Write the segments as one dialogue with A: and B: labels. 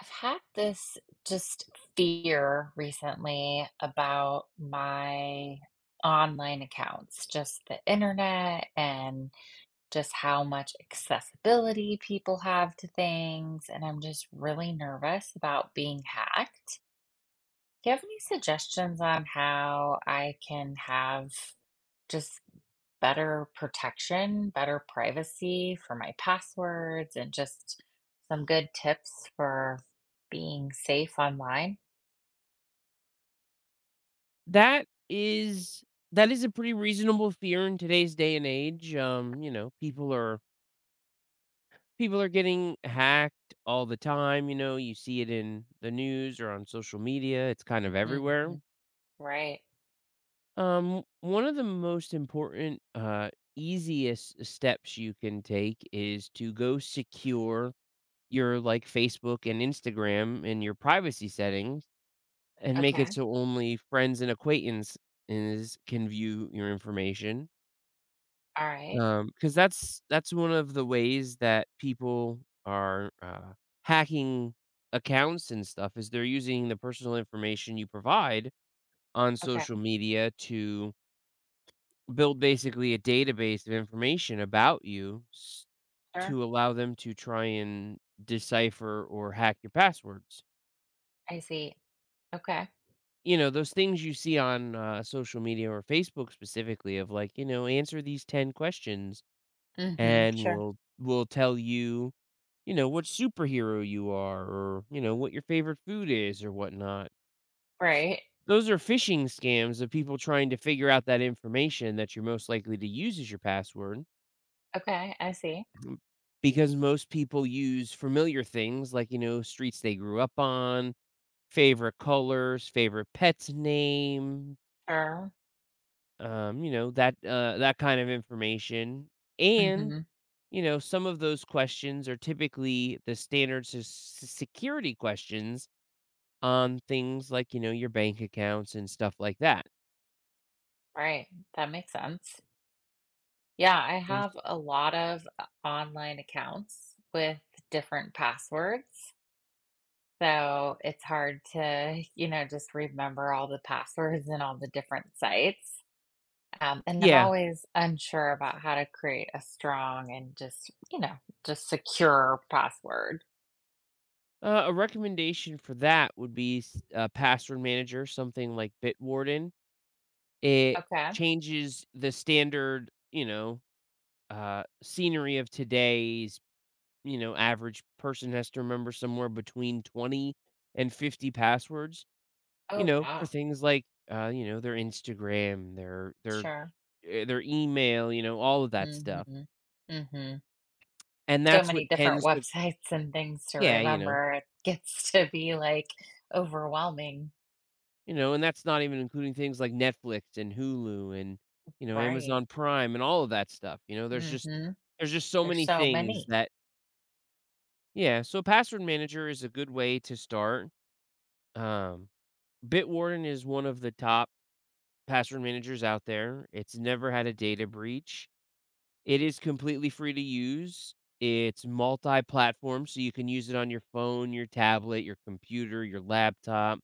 A: I've had this just fear recently about my online accounts, just the internet and just how much accessibility people have to things. And I'm just really nervous about being hacked. Do you have any suggestions on how I can have just better protection, better privacy for my passwords, and just some good tips for being safe online?
B: That is that is a pretty reasonable fear in today's day and age. People are getting hacked all the time. You know, you see it in the news or on social media, it's kind of everywhere.
A: Hmm. Right.
B: One of the most important easiest steps you can take is to go secure your like Facebook and Instagram and your privacy settings, and make it
A: Okay.
B: so only friends and acquaintances can view your information.
A: All right.
B: Because that's one of the ways that people are, hacking accounts and stuff is they're using the personal information you provide on
A: Okay.
B: social media to build basically a database of information about you s
A: Sure.
B: to allow them to try and decipher or hack your passwords.
A: I see. Okay.
B: You know, those things you see on, social media or Facebook specifically of like, you know, "Answer these 10 questions,
A: Mm-hmm.
B: and
A: Sure.
B: we'll tell you" you know, what superhero you are, or, you know, what your favorite food is or whatnot.
A: Right.
B: Those are phishing scams of people trying to figure out that information that you're most likely to use as your password,
A: Okay. I see.
B: m- because most people use familiar things like, you know, streets they grew up on, favorite colors, favorite pet's name,
A: Sure.
B: you know, that that kind of information. And
A: Mm-hmm.
B: you know, some of those questions are typically the standard security questions on things like, you know, your bank accounts and stuff like that.
A: Right. That makes sense. Yeah, I
B: Mm.
A: have a lot of online accounts with different passwords. So it's hard to, just remember all the passwords and all the different sites. And I'm
B: Yeah.
A: always unsure about how to create a strong and just secure password.
B: A recommendation for that would be Password Manager, something like Bitwarden. It
A: Okay.
B: changes the standard, you know, scenery of today's, you know, average person has to remember somewhere between 20 and 50 passwords, you
A: Oh,
B: know, for
A: wow.
B: things like, you know, their Instagram, their, their,
A: Sure.
B: eh, their email, you know, all of that stuff.
A: Mm-hmm. Mm-hmm.
B: And
A: So
B: that's
A: many
B: what
A: different
B: tends to,
A: websites and things to
B: yeah, you know,
A: remember. It gets to be like overwhelming.
B: you know, and that's not even including things like Netflix and Hulu and, you know,
A: Right.
B: Amazon Prime and all of that stuff. You know,
A: Mhm.
B: there's just so
A: There's
B: many
A: so
B: things
A: many.
B: that yeah, so password manager is a good way to start. Um, Bitwarden is one of the top password managers out there. It's never had a data breach. It is completely free to use. It's multi-platform, so you can use it on your phone, your tablet, your computer, your laptop.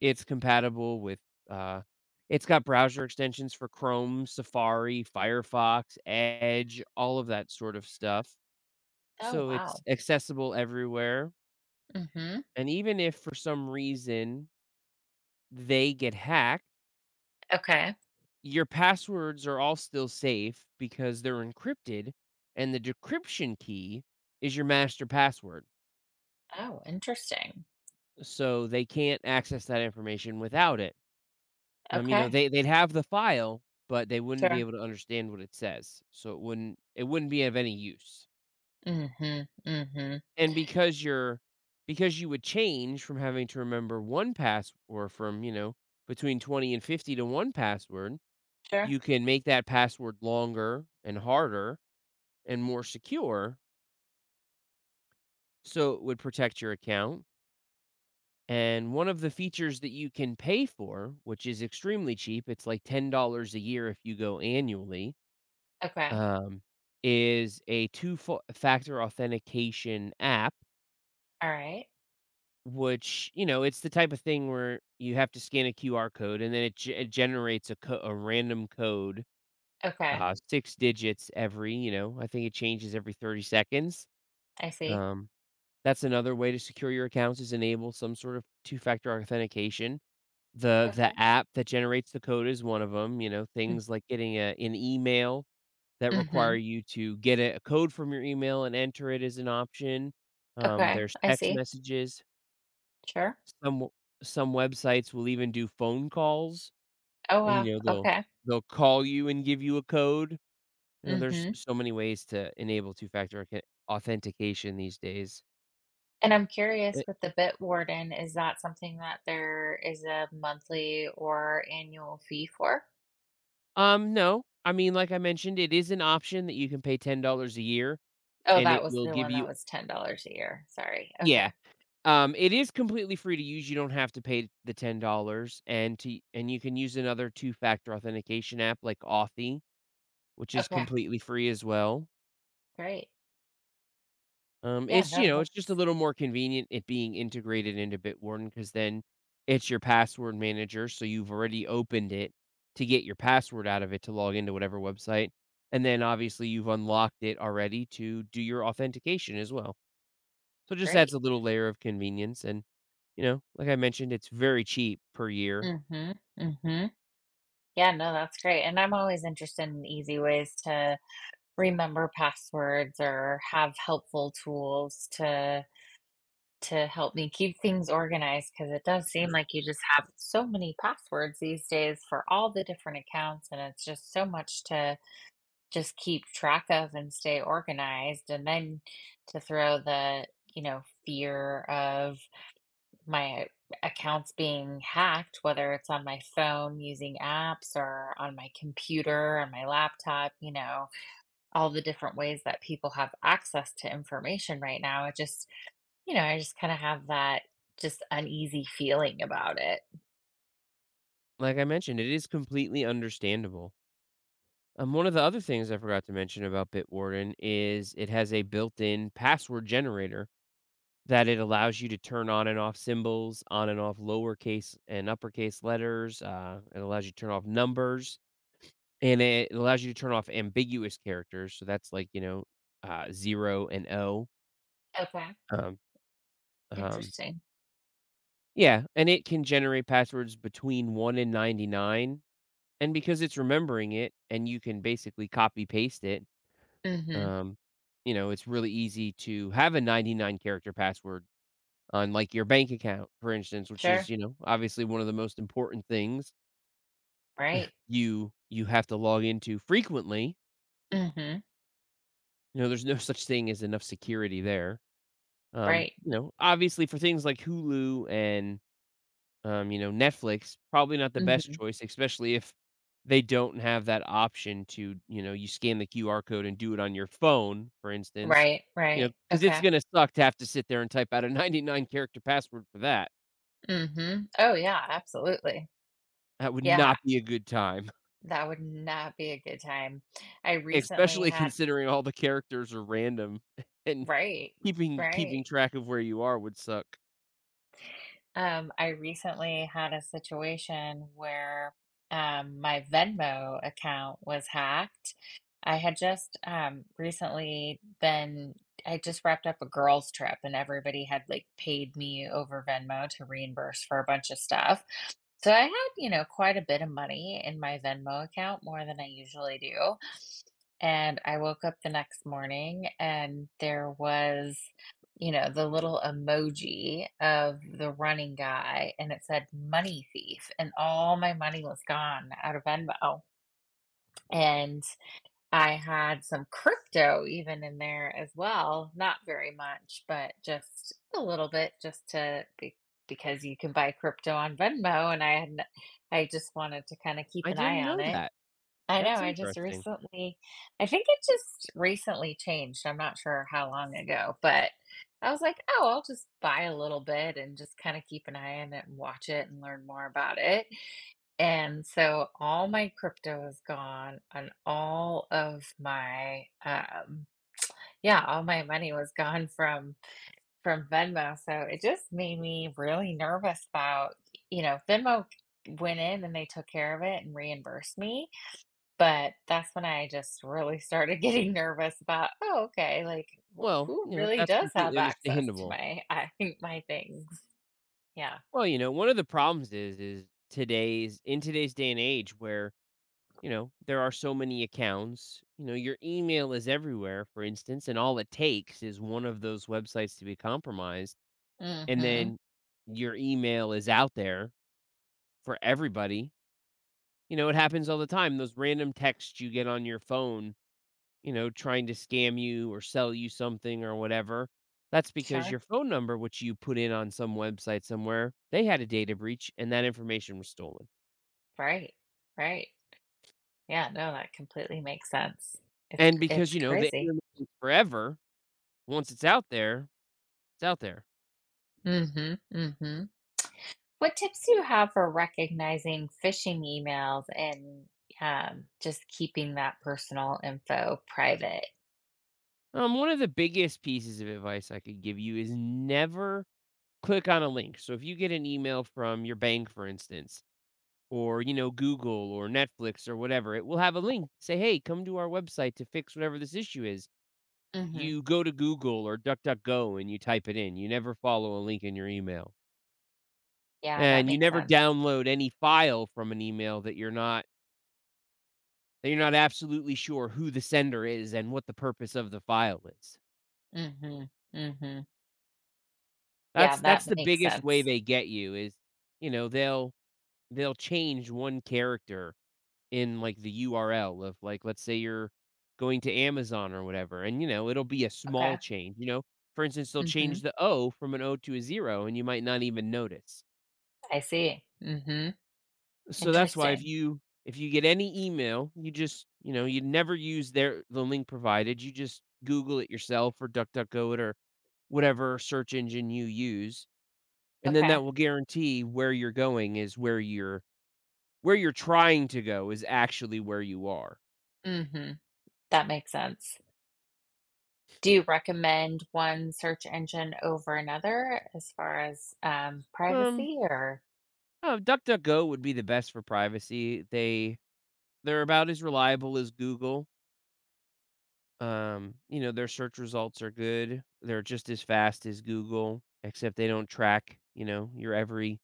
B: It's compatible with, uh it's got browser extensions for Chrome, Safari, Firefox, Edge, all of that sort of stuff.
A: Oh,
B: So it's
A: wow.
B: accessible everywhere,
A: Mhm.
B: and even if for some reason they get hacked,
A: Okay.
B: your passwords are all still safe because they're encrypted, and the decryption key is your master password,
A: Oh, interesting.
B: so they can't access that information without it. You know,
A: Okay.
B: they'd have the file, but they wouldn't be
A: Sure.
B: able to understand what it says, so it wouldn't be of any use.
A: Mhm. Mhm.
B: And because you're because you would change from having to remember one password from, you know, between 20 and 50 to one password,
A: Sure.
B: you can make that password longer and harder and more secure, so it would protect your account. And one of the features that you can pay for, which is extremely cheap, it's like $10 a year if you go annually,
A: Okay.
B: um, is a 2 factor authentication app,
A: All right.
B: which, you know, it's the type of thing where you have to scan a QR code and then it ge it generates a co a random code,
A: Okay.
B: 6 digits every, you know, I think it changes every 30 seconds.
A: I see.
B: Um, that's another way to secure your accounts is enable some sort of two-factor authentication. The
A: Okay.
B: app that generates the code is one of them. You know,
A: Mm.
B: things like getting a an email that require
A: Mhm.
B: you to get a code from your email and enter it as an option.
A: Okay.
B: There's
A: I
B: text
A: see.
B: messages.
A: Sure.
B: Some w- some websites will even do phone calls.
A: Oh,
B: You
A: wow.
B: know, they'll
A: Okay.
B: they'll call you and give you a code. You know, there's
A: Mhm.
B: so many ways to enable authentication these days.
A: And I'm curious
B: Eh,
A: with the Bit Warden, is that something that there is a monthly or annual fee for?
B: No, I mean, like I mentioned, it is an option that you can pay $10 a year,
A: Oh,
B: and
A: that
B: it
A: was
B: will
A: the
B: give
A: one that
B: you.
A: was $10 a year. Sorry.
B: Yeah,
A: Okay.
B: It is completely free to use. You don't have to pay the $10, and you can use another two-factor authentication app like Authy, which is
A: Okay.
B: completely free as well.
A: Great. Yeah,
B: It's, you
A: no,
B: know, it's just a
A: that's
B: little more convenient it being integrated into Bitwarden because then it's your password manager, so you've already opened it to get your password out of it to log into whatever website, and then obviously you've unlocked it already to do your authentication as well. So, it just adds
A: great.
B: a little layer of convenience and, you know, like I mentioned, it's very cheap per year.
A: Mhm, mhm. Yeah, no, that's great, and I'm always interested in easy ways to remember passwords or have helpful tools to help me keep things organized because it does seem like you just have so many passwords these days for all the different accounts, and it's just so much to just keep track of and stay organized, and then to throw the, you know, fear of my accounts being hacked, whether it's on my phone using apps or on my computer and my laptop, you know, all the different ways that people have access to information right now. It just, I just kind of have that just uneasy feeling about it.
B: Like I mentioned, it is completely understandable. One of the other things I forgot to mention about Bitwarden is it has a built-in password generator that it allows you to turn on and off symbols, on and off lowercase and uppercase letters. It allows you to turn off numbers, and it allows you to turn off ambiguous characters. So that's like you know, zero and O.
A: Okay.
B: Um, um,
A: Interesting.
B: yeah, and it can generate passwords between 1 and 99, and because it's remembering it and you can basically copy paste it,
A: Mm-hmm.
B: um, you know, it's really easy to have a 99 character password on, like, your bank account, for instance, which
A: Sure.
B: is, you know, obviously one of the most important things
A: Right.
B: you have to log into frequently.
A: Mm-hmm.
B: You know, there's no such thing as enough security there.
A: Right.
B: You know, obviously for things like Hulu and you know, Netflix, probably not the best
A: Mm-hmm.
B: choice, especially if they don't have that option to, you know, you scan the QR code and do it on your phone, for instance,
A: Right.
B: you know,
A: Right.
B: because it's
A: Okay.
B: gonna suck to have to sit there and type out a 99 character password for that.
A: Mm-hmm. Oh yeah, absolutely.
B: That would
A: Yeah.
B: not be a good time,
A: That would not be a good time. I recently
B: especially
A: had
B: considering all the characters are random and
A: right,
B: keeping
A: right.
B: track of where you are would suck.
A: I recently had a situation where my Venmo account was hacked. I had just recently been, I just wrapped up a girls' trip and everybody had like paid me over Venmo to reimburse for a bunch of stuff. So I had, you know, quite a bit of money in my Venmo account, more than I usually do. And I woke up the next morning and there was, you know, the little emoji of the running guy and it said money thief and all my money was gone out of Venmo. And I had some crypto even in there as well, not very much, but just a little bit just to be, because you can buy crypto on Venmo and I just wanted to kind of keep
B: I
A: an eye
B: didn't
A: on
B: know
A: it.
B: that.
A: I know
B: That's
A: I just
B: interesting.
A: recently I think it just recently changed. I'm not sure how long ago, but I was like, "Oh, I'll just buy a little bit and just kind of keep an eye on it and watch it and learn more about it." And so all my crypto is gone and all of my yeah, all my money was gone from Venmo. So it just made me really nervous about, you know, Venmo went in and they took care of it and reimbursed me, but that's when I just really started getting nervous about, oh, okay, like wh
B: Well,
A: who
B: you know,
A: really
B: that's
A: does have
B: completely
A: access to
B: understandable.
A: my I my things? Yeah.
B: Well, you know, one of the problems is today's in today's day and age where, you know, there are so many accounts. You know, your email is everywhere, for instance, and all it takes is one of those websites to be compromised and
A: Hmm.
B: then your email is out there for everybody. You know, it happens all the time. Those random texts you get on your phone, you know, trying to scam you or sell you something or whatever. That's because
A: Sure.
B: your phone number, which you put in on some website somewhere, they had a data breach and that information was stolen.
A: Right. Right. Yeah, no, that completely makes sense.
B: And
A: It's
B: because, you know, the
A: crazy.
B: internet is forever, once it's out there, it's out there.
A: Mhm, mhm. What tips do you have for recognizing phishing emails and just keeping that personal info private?
B: One of the biggest pieces of advice I could give you is never click on a link. So if you get an email from your bank, for instance, or you know, Google or Netflix or whatever, it will have a link. Say, hey, come to our website to fix whatever this issue is.
A: Mhm.
B: You go to Google or DuckDuckGo and you type it in. You never follow a link in your email.
A: Yeah, that
B: And you
A: makes
B: never
A: sense.
B: download any file from an email that you're not absolutely sure who the sender is and what the purpose of the file is.
A: Mhm, mhm. Yeah,
B: That's
A: that
B: the
A: makes
B: biggest way
A: sense.
B: they get you is, you know, they'll change one character in like the URL of like let's say you're going to Amazon or whatever, and you know, it'll be a
A: Okay.
B: small change, you know. For instance, they'll
A: Mhm.
B: change the O from an O to a zero and you might not even notice.
A: I see. Mhm.
B: So that's why
A: Interesting.
B: if you get any email, you just you know, you never use the link provided. You just Google it yourself or DuckDuckGo it or whatever search engine you use, and then
A: Okay.
B: that will guarantee where you're going is where you're trying to go is actually where you are.
A: Mhm. That makes sense. Do you recommend one search engine over another as far as,
B: Um,
A: privacy or
B: oh, DuckDuckGo would be the best for privacy. They they're about as reliable as Google. You know, their search results are good. They're just as fast as Google, except they don't track, you know,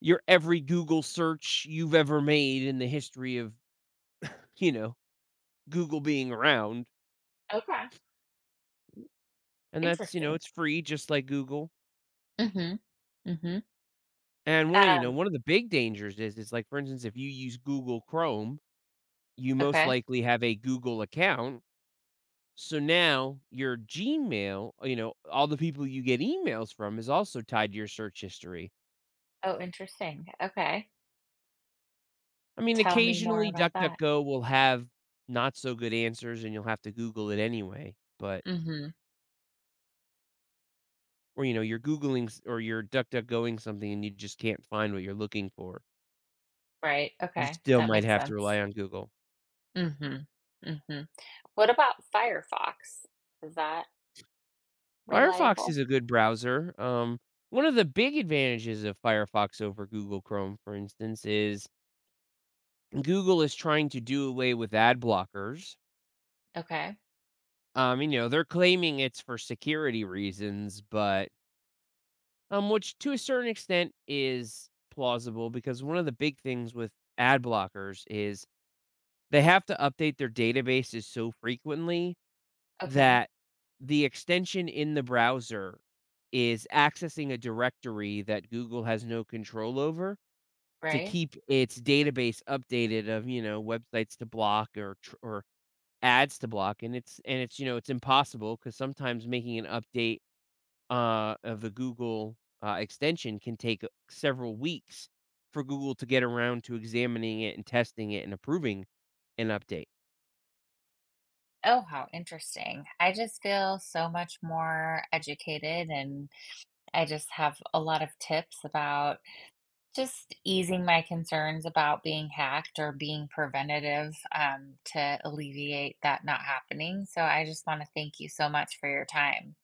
B: your every Google search you've ever made in the history of, you know, Google being around.
A: okay,
B: And that's, you know,
A: interesting.
B: it's free just like Google.
A: Mhm, mhm.
B: And one of, you know,
A: Um,
B: one of the big dangers is like for instance, if you use Google Chrome, you most
A: okay.
B: likely have a Google account. So now your Gmail, you know, all the people you get emails from is also tied to your search history.
A: Oh, interesting, okay.
B: I mean,
A: Tell me more
B: occasionally
A: about that.
B: DuckDuckGo will have not so good answers and you'll have to Google it anyway, but
A: Mhm,
B: or, you know, you're Googling s or you're DuckDuckGoing something and you just can't find what you're looking for.
A: right,
B: You
A: okay,
B: still
A: that
B: might
A: makes
B: have to
A: sense.
B: rely on Google.
A: Mhm, mhm. What about Firefox? Is that
B: Firefox
A: reliable?
B: is a good browser. One of the big advantages of Firefox over Google Chrome, for instance, is Google is trying to do away with ad blockers.
A: Okay,
B: You know, they're claiming it's for security reasons, but which to a certain extent is plausible because one of the big things with ad blockers is they have to update their databases so frequently
A: okay,
B: that the extension in the browser is accessing a directory that Google has no control over to
A: right.
B: keep its database updated of, you know, websites to block, or ads to block, and it's you know, it's impossible cuz sometimes making an update of the Google, extension can take several weeks for Google to get around to examining it and testing it and approving an update.
A: Oh, how interesting. I just feel so much more educated and I just have a lot of tips about just easing my concerns about being hacked or being preventative to alleviate that not happening. So I just want to thank you so much for your time.